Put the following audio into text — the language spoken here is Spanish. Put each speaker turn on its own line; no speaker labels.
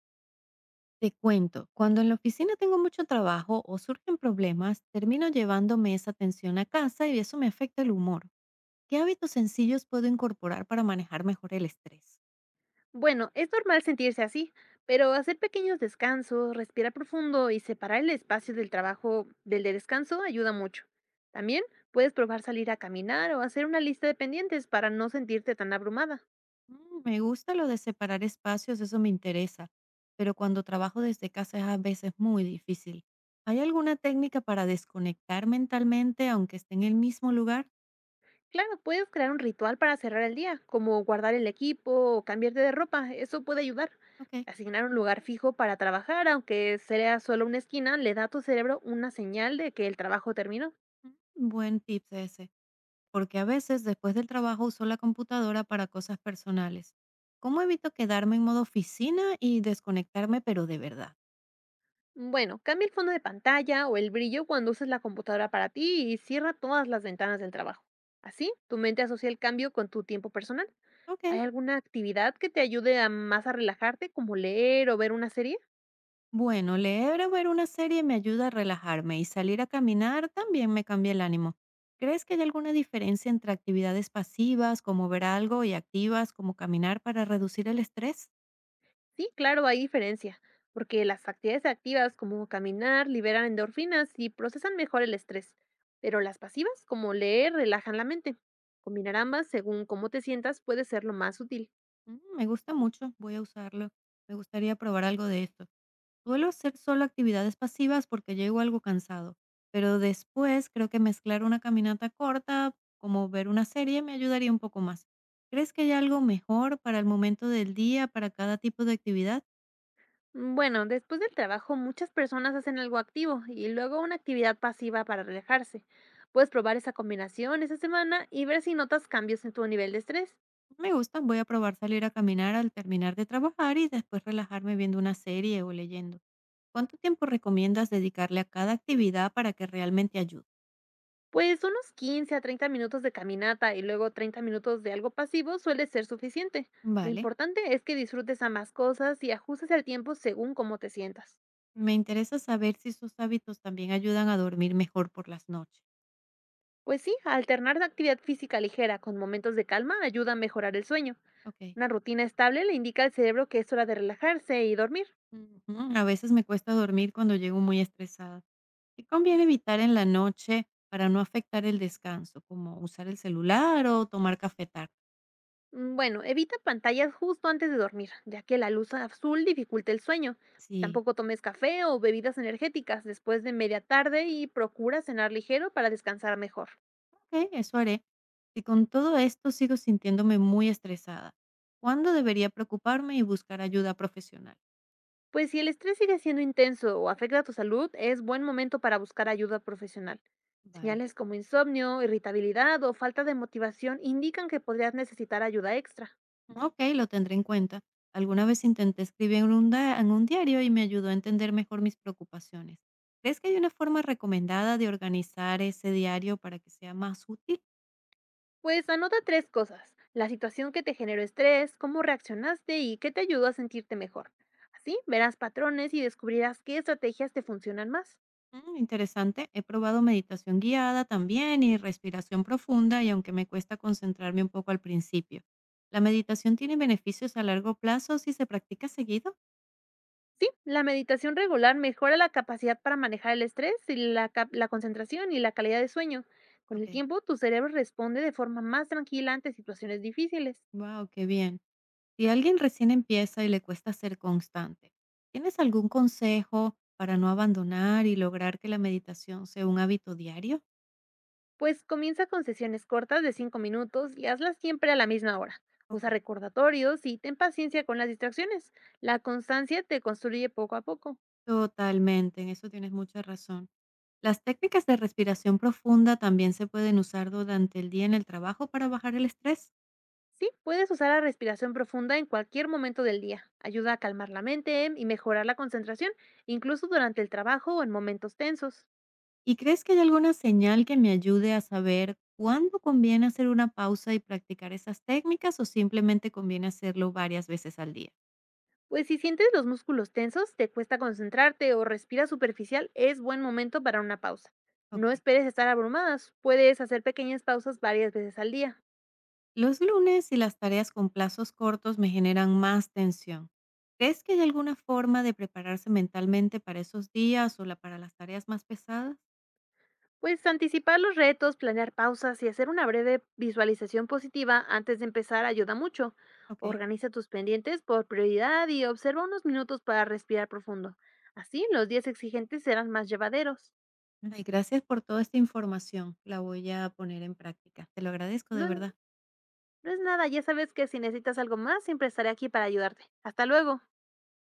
Te cuento, cuando en la oficina tengo mucho trabajo o surgen problemas, termino llevándome esa tensión a casa y eso me afecta el humor. ¿Qué hábitos sencillos puedo incorporar para manejar mejor el estrés?
Bueno, es normal sentirse así, pero hacer pequeños descansos, respirar profundo y separar el espacio del trabajo del de descanso ayuda mucho. También puedes probar salir a caminar o hacer una lista de pendientes para no sentirte tan abrumada.
Mm, me gusta lo de separar espacios, eso me interesa, pero cuando trabajo desde casa es a veces muy difícil. ¿Hay alguna técnica para desconectar mentalmente aunque esté en el mismo lugar?
Claro, puedes crear un ritual para cerrar el día, como guardar el equipo o cambiarte de ropa, eso puede ayudar.
Ok,
Asignar un lugar fijo para trabajar, aunque sea solo una esquina, le da a tu cerebro una señal de que el trabajo terminó.
mm, buen tips ese, porque a veces después del trabajo uso la computadora para cosas personales. ¿Cómo evito quedarme en modo oficina y desconectarme, pero de verdad?
Bueno, cambia el fondo de pantalla o el brillo cuando uses la computadora para ti y cierra todas las ventanas del trabajo. Así, tu mente asocia el cambio con tu tiempo personal.
Ok.
¿Hay alguna actividad que te ayude a más a relajarte, como leer o ver una serie?
Bueno, leer o ver una serie me ayuda a relajarme y salir a caminar también me cambia el ánimo. ¿Crees que hay alguna diferencia entre actividades pasivas como ver algo y activas como caminar para reducir el estrés?
Sí, claro, hay diferencia, porque las actividades activas, como caminar, liberan endorfinas y procesan mejor el estrés, pero las pasivas, como leer, relajan la mente. Combinar ambas según cómo te sientas puede ser lo más útil.
Mm, me gusta mucho, voy a usarlo. Me gustaría probar algo de esto. Suelo hacer solo actividades pasivas porque llego algo cansado, pero después creo que mezclar una caminata corta, como ver una serie, me ayudaría un poco más. ¿Crees que hay algo mejor para el momento del día, para cada tipo de actividad?
Bueno, después del trabajo muchas personas hacen algo activo y luego una actividad pasiva para relajarse. Puedes probar esa combinación esa semana y ver si notas cambios en tu nivel de estrés.
Me gusta, voy a probar salir a caminar al terminar de trabajar y después relajarme viendo una serie o leyendo. ¿Cuánto tiempo recomiendas dedicarle a cada actividad para que realmente ayude?
Pues unos 15 a 30 minutos de caminata y luego 30 minutos de algo pasivo suele ser suficiente. Lo
Vale,
importante es que disfrutes ambas cosas y ajustes el tiempo según cómo te sientas.
me interesa saber si sus hábitos también ayudan a dormir mejor por las noches.
Pues sí, alternar la actividad física ligera con momentos de calma ayuda a mejorar el sueño.
Ok.
Una rutina estable le indica al cerebro que es hora de relajarse y dormir.
Ujú. A veces me cuesta dormir cuando llego muy estresada. ¿Qué conviene evitar en la noche para no afectar el descanso? Como usar el celular o tomar café tarde.
Bueno, evita pantallas justo antes de dormir, ya que la luz azul dificulta el sueño.
Sí,
Tampoco tomes café o bebidas energéticas después de media tarde y procura cenar ligero para descansar mejor.
ok, eso haré. Si con todo esto sigo sintiéndome muy estresada, ¿cuándo debería preocuparme y buscar ayuda profesional?
Pues si el estrés sigue siendo intenso o afecta a tu salud, es buen momento para buscar ayuda profesional.
Vale.
Señales como insomnio, irritabilidad o falta de motivación indican que podrías necesitar ayuda extra.
Ok, lo tendré en cuenta. Alguna vez intenté escribir en en un diario y me ayudó a entender mejor mis preocupaciones. ¿Crees que hay una forma recomendada de organizar ese diario para que sea más útil?
Pues anota tres cosas, la situación que te generó estrés, cómo reaccionaste y qué te ayudó a sentirte mejor. Así verás patrones y descubrirás qué estrategias te funcionan más.
Mm, interesante. He probado meditación guiada también y respiración profunda, y aunque me cuesta concentrarme un poco al principio. ¿La meditación tiene beneficios a largo plazo si se practica seguido?
Sí, la meditación regular mejora la capacidad para manejar el estrés y la concentración y la calidad de sueño. Con
Ok.
el tiempo, tu cerebro responde de forma más tranquila ante situaciones difíciles.
Wow, qué bien. Si alguien recién empieza y le cuesta ser constante, ¿tienes algún consejo para no abandonar y lograr que la meditación sea un hábito diario?
Pues comienza con sesiones cortas de 5 minutos y hazlas siempre a la misma hora. Usa
Ok.
recordatorios y ten paciencia con las distracciones. La constancia te construye poco a poco.
Totalmente, en eso tienes mucha razón. Las técnicas de respiración profunda también se pueden usar durante el día en el trabajo para bajar el estrés.
Sí, puedes usar la respiración profunda en cualquier momento del día. Ayuda a calmar la mente y mejorar la concentración, incluso durante el trabajo o en momentos tensos.
¿Y crees que hay alguna señal que me ayude a saber cuándo conviene hacer una pausa y practicar esas técnicas, o simplemente conviene hacerlo varias veces al día?
Pues si sientes los músculos tensos, te cuesta concentrarte o respiras superficial, es buen momento para una pausa.
Ok.
No esperes estar abrumadas, puedes hacer pequeñas pausas varias veces al día.
Los lunes y las tareas con plazos cortos me generan más tensión. ¿Crees que hay alguna forma de prepararse mentalmente para esos días, para las tareas más pesadas?
Pues anticipar los retos, planear pausas y hacer una breve visualización positiva antes de empezar ayuda mucho.
Ok.
Organiza tus pendientes por prioridad y observa unos minutos para respirar profundo. Así los días exigentes serán más llevaderos.
Ay, gracias por toda esta información. La voy a poner en práctica. Te lo agradezco de
No,
verdad.
no es nada, ya sabes que si necesitas algo más, siempre estaré aquí para ayudarte. Hasta luego.